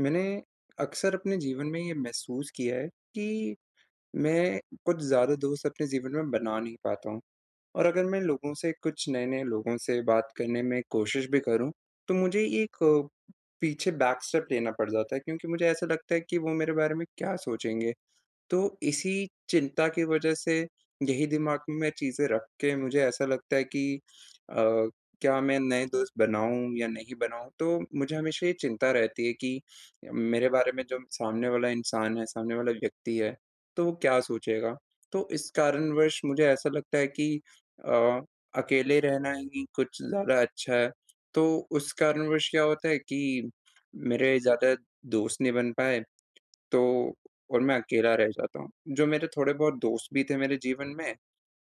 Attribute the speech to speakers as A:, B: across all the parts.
A: मैंने अक्सर अपने जीवन में ये महसूस किया है कि मैं कुछ ज़्यादा दोस्त अपने जीवन में बना नहीं पाता हूँ। और अगर मैं लोगों से कुछ नए-नए लोगों से बात करने में कोशिश भी करूँ, तो मुझे एक पीछे बैक स्टेप लेना पड़ जाता है, क्योंकि मुझे ऐसा लगता है कि वो मेरे बारे में क्या सोचेंगे? तो इसी चिंता की वजह से यही दिमाग में मैं चीज़ें रख के मुझे ऐसा लगता है कि अ, क्या मैं नए दोस्त बनाऊँ या नहीं बनाऊँ? तो मुझे हमेशा ये चिंता रहती है कि मेरे बारे में जो सामने वाला इंसान है, सामने वाला व्यक्ति है, तो वो क्या सोचेगा? तो इस कारणवश मुझे ऐसा लगता है कि अ, अकेले रहना ही कुछ ज़्यादा अच्छा है। तो उस कारणवश क्या होता है कि मेरे ज़्यादा दोस्त नहीं बन पाए, तो और मैं अकेला रह जाता हूँ। जो मेरे थोड़े बहुत दोस्त भी थे मेरे जीवन में,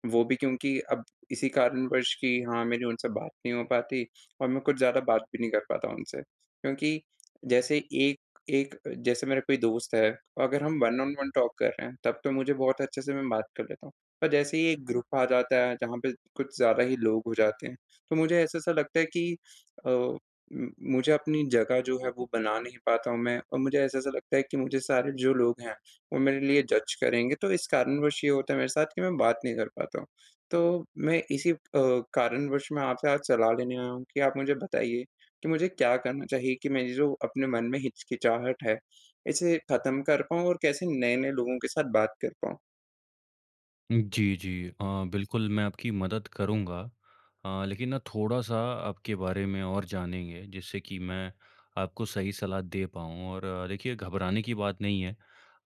A: वो भी, क्योंकि अब इसी कारणवश कि हाँ, मेरी उनसे बात नहीं हो पाती, और मैं कुछ ज़्यादा बात भी नहीं कर पाता उनसे। क्योंकि जैसे एक एक जैसे मेरा कोई दोस्त है, और अगर हम वन ऑन वन टॉक कर रहे हैं, तब तो मुझे बहुत अच्छे से मैं बात कर लेता हूँ। पर जैसे ही एक ग्रुप आ जाता है, जहाँ पे कुछ ज़्यादा ही लोग हो जाते हैं, तो मुझे ऐसा-सा लगता है कि अ मुझे अपनी जगह जो है वो बना नहीं पाता हूँ मैं, और मुझे ऐसा-ऐसा लगता है कि मुझे सारे जो लोग हैं, वो मेरे लिए जज करेंगे, तो इस कारणवश ये होता है मेरे साथ कि मैं बात नहीं कर पाता हूँ। तो मैं इसी कारणवश मैं आपसे आज सलाह लेने आया हूँ कि आप मुझे बताइए कि मुझे क्या करना चाहिए, कि मेरी जो अपने मन में हिचकिचाहट है, इसे खत्म कर पाऊँ और कैसे नए-नए लोगों के साथ बात कर पाऊँ?
B: जी, जी। बिल्कुल, मैं आपकी मदद करूँगा। लेकिन ना थोड़ा-सा आपके बारे में और जानेंगे, जिससे कि मैं आपको सही सलाह दे पाऊँ। और देखिए, घबराने की बात नहीं है।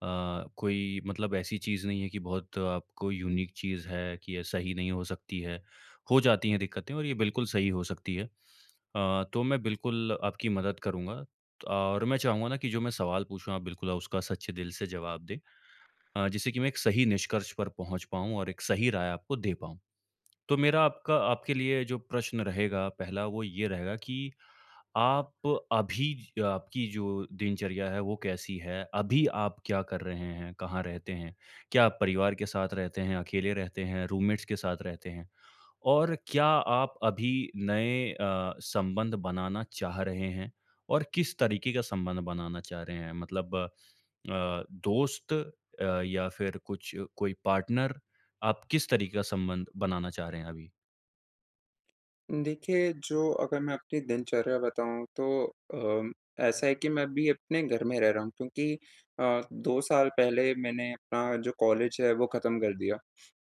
B: कोई मतलब ऐसी चीज़ नहीं है कि बहुत आपको यूनिक चीज़ है कि ये सही नहीं हो सकती है। हो जाती हैं दिक्कतें और ये बिल्कुल सही हो सकती है। तो मैं बिल्कुल आपकी मदद करूँगा और मैं चाहूँगा ना कि जो मैं सवाल पूछूँ, आप बिल्कुल उसका सच्चे दिल से जवाब दें। जिससे कि मैं एक सही निष्कर्ष पर पहुँच पाऊँ और एक सही राय आपको दे पाऊँ। तो मेरा आपका आपके लिए जो प्रश्न रहेगा पहला वो ये रहेगा कि आप अभी ज आपकी जो दिनचर्या है वो कैसी है? अभी आप क्या कर रहे हैं? कहाँ रहते हैं? क्या आप परिवार के साथ रहते हैं, अकेले रहते हैं, रूममेट्स के साथ रहते हैं? और क्या आप अभी नए संबंध बनाना चाह रहे हैं और किस तरीके का संबंध बनाना चाह रहे हैं? मतलब दोस्त या फिर कुछ कोई पार्टनर, आप किस तरीके का संबंध बनाना चाह रहे हैं अभी?
A: देखिए, जो अगर मैं अपनी दिनचर्या बताऊँ, तो अ, ऐसा है कि मैं अभी अपने घर में रह रहा हूँ, क्योंकि 2 साल पहले मैंने अपना जो कॉलेज है वो ख़त्म कर दिया।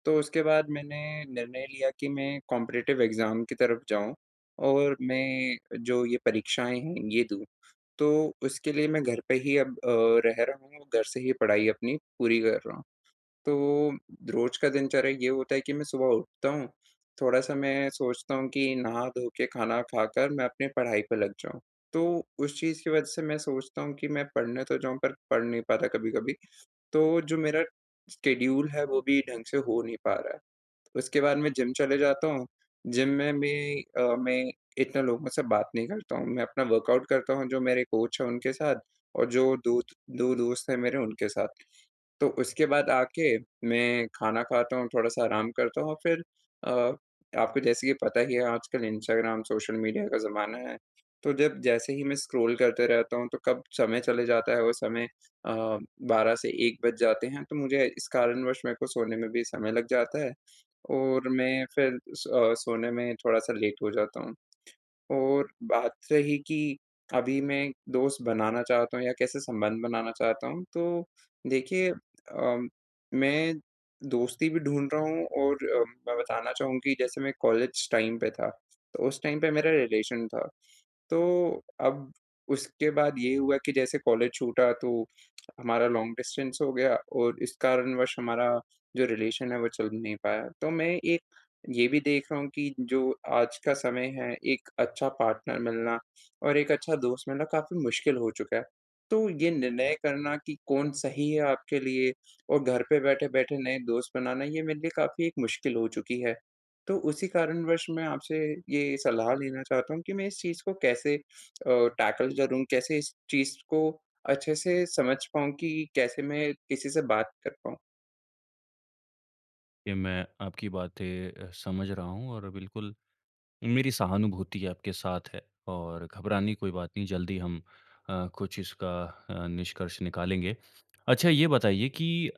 A: तो उसके बाद मैंने निर्णय लिया कि मैं कॉम्पिटिटिव एग्ज़ाम की तरफ जाऊँ और मैं जो ये परीक्षाएँ हैं ये दूँ। तो उसके लिए मैं घर पे ही अब रह रहा हूँ, घर से ही पढ़ाई अपनी पूरी कर रहा हूँ। तो रोज़ का दिनचर्या ये होता है कि मैं सुबह उठता हूँ, थोड़ा-सा मैं सोचता हूँ कि नहा धो के खाना खाकर मैं अपनी पढ़ाई पे लग जाऊँ। तो उस चीज़ की वजह से मैं सोचता हूँ कि मैं पढ़ने तो जाऊँ पर पढ़ नहीं पाता कभी-कभी। तो जो मेरा शेड्यूल है वो भी ढंग से हो नहीं पा रहा है। उसके बाद मैं जिम चले जाता हूँ, जिम में भी मैं इतना लोगों से बात नहीं करता हूँ, मैं अपना वर्कआउट करता हूँ, जो मेरे कोच हैं उनके साथ और जो दो 2 दोस्त हैं मेरे उनके साथ। तो उसके बाद आके मैं खाना खाता हूँ, थोड़ा-सा आराम करता हूँ और फिर अ, आपको जैसे कि पता ही है आजकल इंस्टाग्राम, सोशल मीडिया का ज़माना है। तो जब जैसे ही मैं स्क्रॉल करते रहता हूँ, तो कब समय चले जाता है, वो समय अ, 12 से 1 बज जाते हैं, तो मुझे इस कारणवश मेरे को सोने में भी समय लग जाता है, और मैं फिर सोने में थोड़ा-सा लेट हो जाता हूँ। और बात रही कि अभी मैं दोस्त बनाना चाहता हूँ या कैसे संबंध बनाना चाहता हूँ, तो देखिए मैं दोस्ती भी ढूँढ रहा हूँ, और मैं बताना चाहूँ कि जैसे मैं कॉलेज टाइम पे था, तो उस टाइम पे मेरा रिलेशन था। तो अब उसके बाद ये हुआ कि जैसे कॉलेज छूटा, तो हमारा लॉन्ग डिस्टेंस हो गया और इस कारणवश हमारा जो रिलेशन है वो चल नहीं पाया। तो मैं एक ये भी देख रहा हूँ कि जो आज का समय है, एक अच्छा पार्टनर मिलना और एक अच्छा दोस्त मिलना काफ़ी मुश्किल हो चुका है। तो ये निर्णय करना कि कौन सही है आपके लिए, और घर पे बैठे-बैठे नए दोस्त बनाना, ये मेरे लिए काफ़ी एक मुश्किल हो चुकी है। तो उसी कारणवश मैं आपसे ये सलाह लेना चाहता हूँ कि मैं इस चीज़ को कैसे टैकल करूँ? कैसे इस चीज़ को अच्छे से समझ पाऊँ कि कैसे मैं किसी से बात कर पाऊँ?
B: ये मैं आपकी बातें समझ रहा हूँ और बिल्कुल मेरी सहानुभूति आपके साथ है और घबराने की कोई बात नहीं, जल्दी हम कुछ इसका निष्कर्ष निकालेंगे। अच्छा ये बताइए कि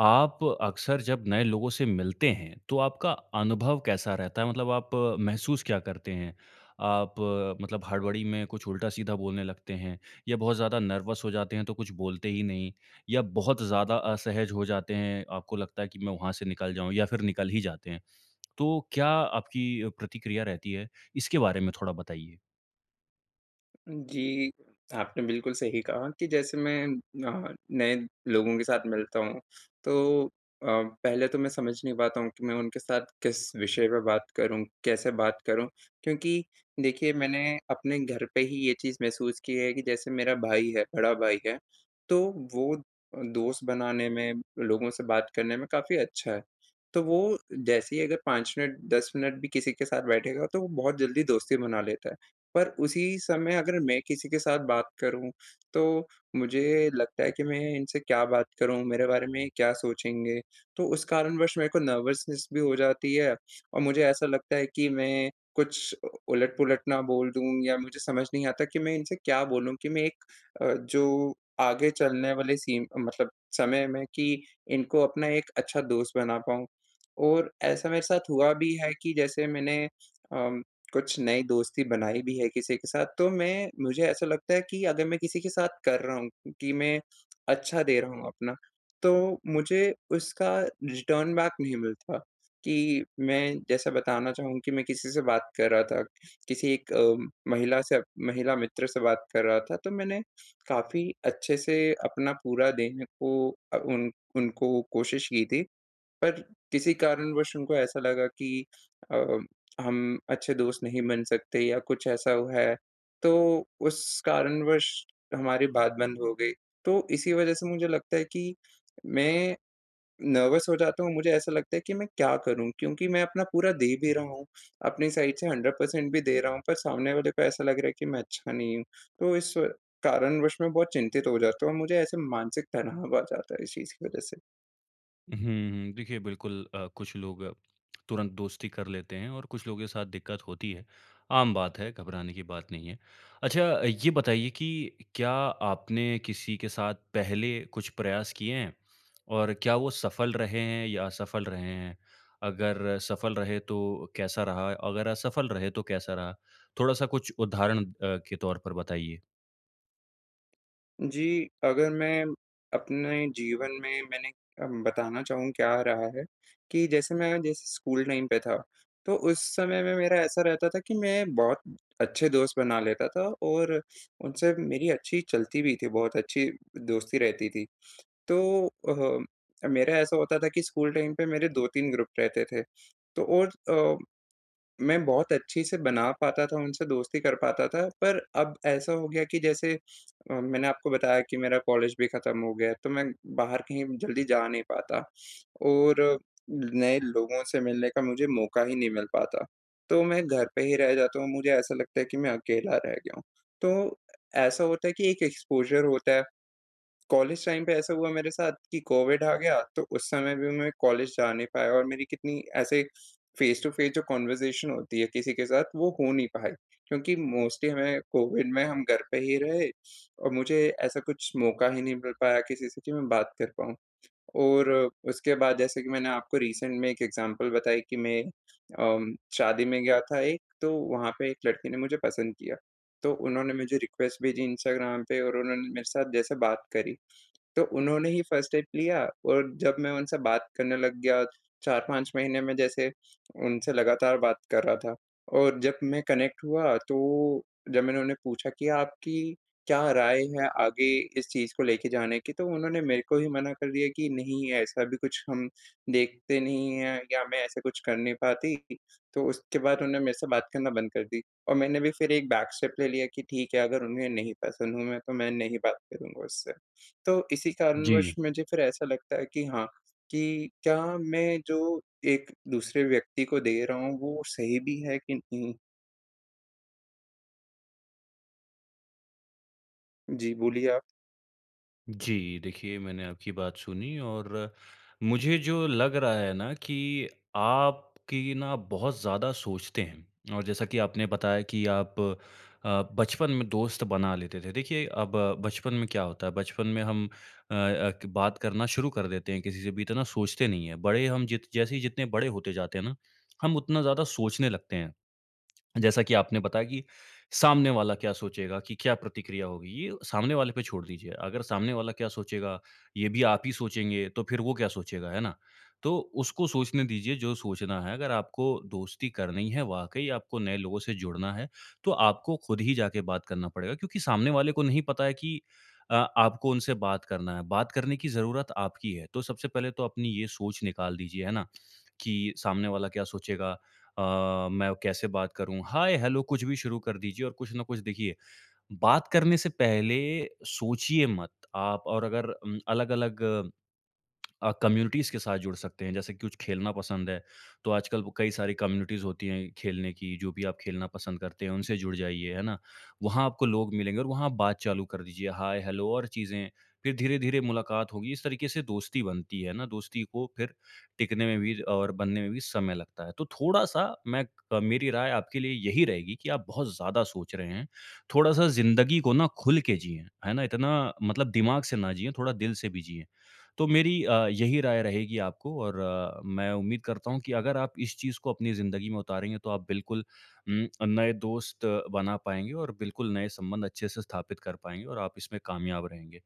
B: आप अक्सर जब नए लोगों से मिलते हैं, तो आपका अनुभव कैसा रहता है? मतलब आप महसूस क्या करते हैं? आप मतलब हड़बड़ी में कुछ उल्टा-सीधा बोलने लगते हैं या बहुत ज़्यादा नर्वस हो जाते हैं तो कुछ बोलते ही नहीं या बहुत ज़्यादा असहज हो जाते हैं, आपको लगता है कि मैं वहाँ से निकल जाऊँ या फिर निकल ही जाते हैं? तो क्या आपकी प्रतिक्रिया रहती है? इसके बारे में थोड़ा बताइए।
A: जी, आपने बिल्कुल सही कहा कि जैसे मैं नए लोगों के साथ मिलता हूँ, तो पहले तो मैं समझ नहीं पाता हूँ कि मैं उनके साथ किस विषय पे बात करूँ, कैसे बात करूँ। क्योंकि देखिए, मैंने अपने घर पे ही ये चीज़ महसूस की है कि जैसे मेरा भाई है, बड़ा भाई है, तो वो दोस्त बनाने में, लोगों से बात करने में काफ़ी अच्छा है। तो वो जैसे ही अगर 5 मिनट, 10 मिनट भी किसी के साथ बैठेगा, तो वो बहुत जल्दी दोस्ती बना लेता है। पर उसी समय अगर मैं किसी के साथ बात करूँ, तो मुझे लगता है कि मैं इनसे क्या बात करूँ, मेरे बारे में क्या सोचेंगे? तो उस कारणवश मेरे को नर्वसनेस भी हो जाती है, और मुझे ऐसा लगता है कि मैं कुछ उ उलट-पुलट ना बोल दूँ, या मुझे समझ नहीं आता कि मैं इनसे क्या बोलूँ कि मैं एक जो आगे चलने वाले सीम मतलब समय में, कि इनको अपना एक अच्छा दोस्त बना पाऊँ। और ऐसा मेरे साथ हुआ भी है कि जैसे मैंने अम कुछ नई दोस्ती बनाई भी है किसी के साथ, तो मैं मुझे ऐसा लगता है कि अगर मैं किसी के साथ कर रहा हूँ कि मैं अच्छा दे रहा हूँ अपना, तो मुझे उसका रिटर्न बैक नहीं मिलता, कि मैं जैसा बताना चाहूँ कि मैं किसी से बात कर रहा था, किसी एक महिला मित्र से बात कर रहा था, तो मैंने काफ़ी अच्छे से अपना पूरा देने को उन उनको कोशिश की थी। पर किसी कारणवश उनको ऐसा लगा कि अ, हम अच्छे दोस्त नहीं बन सकते या कुछ ऐसा हुआ है, तो उस कारणवश हमारी बात बंद हो गई। तो इसी वजह से मुझे लगता है कि मैं नर्वस हो जाता हूँ, मुझे ऐसा लगता है कि मैं क्या करूँ? क्योंकि मैं अपना पूरा दे भी रहा हूँ, अपनी साइड से 100% भी दे रहा हूँ, पर सामने वाले को ऐसा लग रहा है कि मैं अच्छा नहीं हूँ। तो इस कारणवश मैं बहुत चिंतित हो जाता हूँ और मुझे ऐसे मानसिक तनाव आ जाता है इस चीज़ की वजह से।
B: हुँ, देखिए बिल्कुल कुछ लोग तुरंत दोस्ती कर लेते हैं और कुछ लोगों के साथ दिक्कत होती है। आम बात है, घबराने की बात नहीं है। अच्छा ये बताइए कि क्या आपने किसी के साथ पहले कुछ प्रयास किए हैं? और क्या वो सफल रहे हैं या असफल रहे हैं? अगर सफल रहे तो कैसा रहा? अगर असफल रहे तो कैसा रहा? थोड़ा-सा कुछ उदाहरण के तौर पर बताइए।
A: जी, अगर मैं अपने जीवन में मैंने बताना चाहूँ क्या रहा है, कि जैसे स्कूल टाइम पे था, तो उस समय में मेरा ऐसा रहता था कि मैं बहुत अच्छे दोस्त बना लेता था और उनसे मेरी अच्छी चलती भी थी, बहुत अच्छी दोस्ती रहती थी। तो मेरा ऐसा होता था कि स्कूल टाइम पे मेरे 2-3 ग्रुप रहते थे। तो और मैं बहुत अच्छे से बना पाता था, उनसे दोस्ती कर पाता था, पर अब ऐसा हो गया कि जैसे मैंने आपको बताया कि मेरा कॉलेज भी खत्म हो गया है, तो मैं बाहर कहीं जल्दी जा नहीं पाता और नए लोगों से मिलने का मुझे मौका ही नहीं मिल पाता। तो मैं घर पे ही रह जाता हूँ, मुझे ऐसा लगता है कि मैं अकेला रह गया हूँ। तो ऐसा होता है कि एक एक्सपोज़र होता है, कॉलेज टाइम पे ऐसा हुआ मेरे साथ कि कोविड आ गया, तो उस समय भी मैं कॉलेज जा नहीं पाया और मेरी कितनी ऐसे फ़ेस टू फ़ेस जो कन्वर्सेशन होती है किसी के साथ, वो हो नहीं पाई। क्योंकि मोस्टली हमें कोविड में हम घर पे ही रहे और मुझे ऐसा कुछ मौका ही नहीं मिल पाया किसी से कि मैं बात कर पाऊँ। और उसके बाद जैसे कि मैंने आपको रिसेंट में एक एग्ज़ाम्पल बताई कि मैं शादी में गया था एक, तो वहाँ पे एक लड़की ने मुझे पसंद किया। तो उन्होंने मुझे रिक्वेस्ट भेजी इंस्टाग्राम पे और उन्होंने मेरे साथ जैसे बात करी। तो उन्होंने ही फर्स्ट एड लिया और जब मैं उनसे बात करने लग गया, 4-5 महीने में जैसे उनसे लगातार बात कर रहा था, और जब मैं कनेक्ट हुआ, तो जब मैंने उन्हें पूछा कि आपकी क्या राय है आगे इस चीज़ को लेके जाने की? तो उन्होंने मेरे को ही मना कर दिया कि नहीं, ऐसा भी कुछ हम देखते नहीं हैं या मैं ऐसा कुछ कर नहीं पाती। तो उसके बाद उन्होंने मेरे से बात करना बंद कर दी, और मैंने भी फिर एक बैक स्टेप ले लिया कि ठीक है, अगर उन्हें नहीं पसंद हूँ मैं तो मैं नहीं बात करूँगा उससे। तो इसी
B: जी
A: कारणवश मुझे फिर ऐसा लगता है कि हाँ, कि क्या मैं जो एक दूसरे व्यक्ति को दे रहा हूँ, वो सही भी है कि नहीं? जी, बोलिए आप।
B: जी, देखिए मैंने आपकी बात सुनी और मुझे जो लग रहा है ना कि आपकी ना बहुत ज़्यादा सोचते हैं और जैसा कि आपने बताया कि आप बचपन में दोस्त बना लेते थे। देखिए अब बचपन में क्या होता है, बचपन में हम अ अ, क बात करना शुरू कर देते हैं किसी से भी इतना सोचते नहीं हैं। बड़े हम जित जैसे ही जितने बड़े होते जाते हैं ना, हम उतना ज़्यादा सोचने लगते हैं। जैसा कि आपने बताया कि सामने वाला क्या सोचेगा, कि क्या प्रतिक्रिया होगी, ये सामने वाले पे छोड़ दीजिए। अगर सामने वाला क्या सोचेगा, ये भी आप ही सोचेंगे, तो फिर वो क्या सोचेगा, है ना? तो उसको सोचने दीजिए जो सोचना है। अगर आपको दोस्ती करनी है, वाक़ई आपको नए लोगों से जुड़ना है, तो आपको खुद ही जाके बात करना पड़ेगा क्योंकि सामने वाले को नहीं पता है कि आपको उनसे बात करना है। बात करने की ज़रूरत आपकी है। तो सबसे पहले तो अपनी ये सोच निकाल दीजिए, है ना? कि सामने वाला क्या सोचेगा? मैं कैसे बात करूँ? हाय, हेलो कुछ भी शुरू कर दीजिए और कुछ ना कुछ देखिए, बात करने से पहले सोचिए मत आप और अगर अलग-अलग कम्युनिटीज़ के साथ जुड़ सकते हैं, जैसे कुछ खेलना पसंद है, तो आजकल वो कई सारी कम्युनिटीज़ होती हैं खेलने की, जो भी आप खेलना पसंद करते हैं, उनसे जुड़ जाइए, है ना? वहाँ आपको लोग मिलेंगे और वहाँ आप बात चालू कर दीजिए, हाय, हेलो और चीज़ें, फिर धीरे-धीरे मुलाकात होगी, इस तरीके से दोस्ती बनती है ना, दोस्ती को फिर टिकने में भी और बनने में भी समय लगता है। तो थोड़ा-सा मेरी राय आपके लिए यही रहेगी कि आप बहुत ज़्यादा सोच रहे हैं, थोड़ा-सा ज़िंदगी को ना खुल के जिएँ, है ना? इतना मतलब दिमाग से ना जिएँ, थोड़ा दिल से भी जिएँ। तो मेरी यही राय रहेगी आपको और मैं उम्मीद करता हूँ कि अगर आप इस चीज़ को अपनी ज़िंदगी में उतारेंगे तो आप बिल्कुल नए दोस्त बना पाएँगे और बिल्कुल नए संबंध अच्छे से स्थापित कर पाएँगे और आप इसमें कामयाब रहेंगे।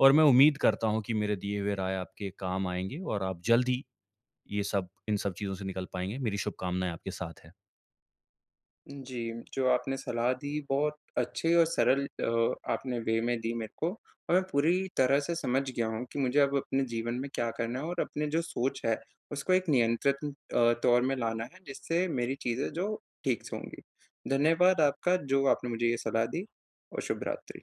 B: और मैं उम्मीद करता हूँ कि मेरे दिए हुए राय आपके काम आएँगे और आप जल्द ही ये सब इन सब चीज़ों से निकल पाएँगे। मेरी शुभकामनाएँ आपके साथ है।
A: जी, जो आपने सलाह दी बहुत अच्छे और सरल आपने वे में दी मेरे को, और मैं पूरी तरह से समझ गया हूँ कि मुझे अब अपने जीवन में क्या करना है, और अपने जो सोच है, उसको एक नियंत्रित तौर में लाना है, जिससे मेरी चीज़ें जो ठीक से होंगी। धन्यवाद आपका जो आपने मुझे ये सलाह दी, और शुभ रात्रि।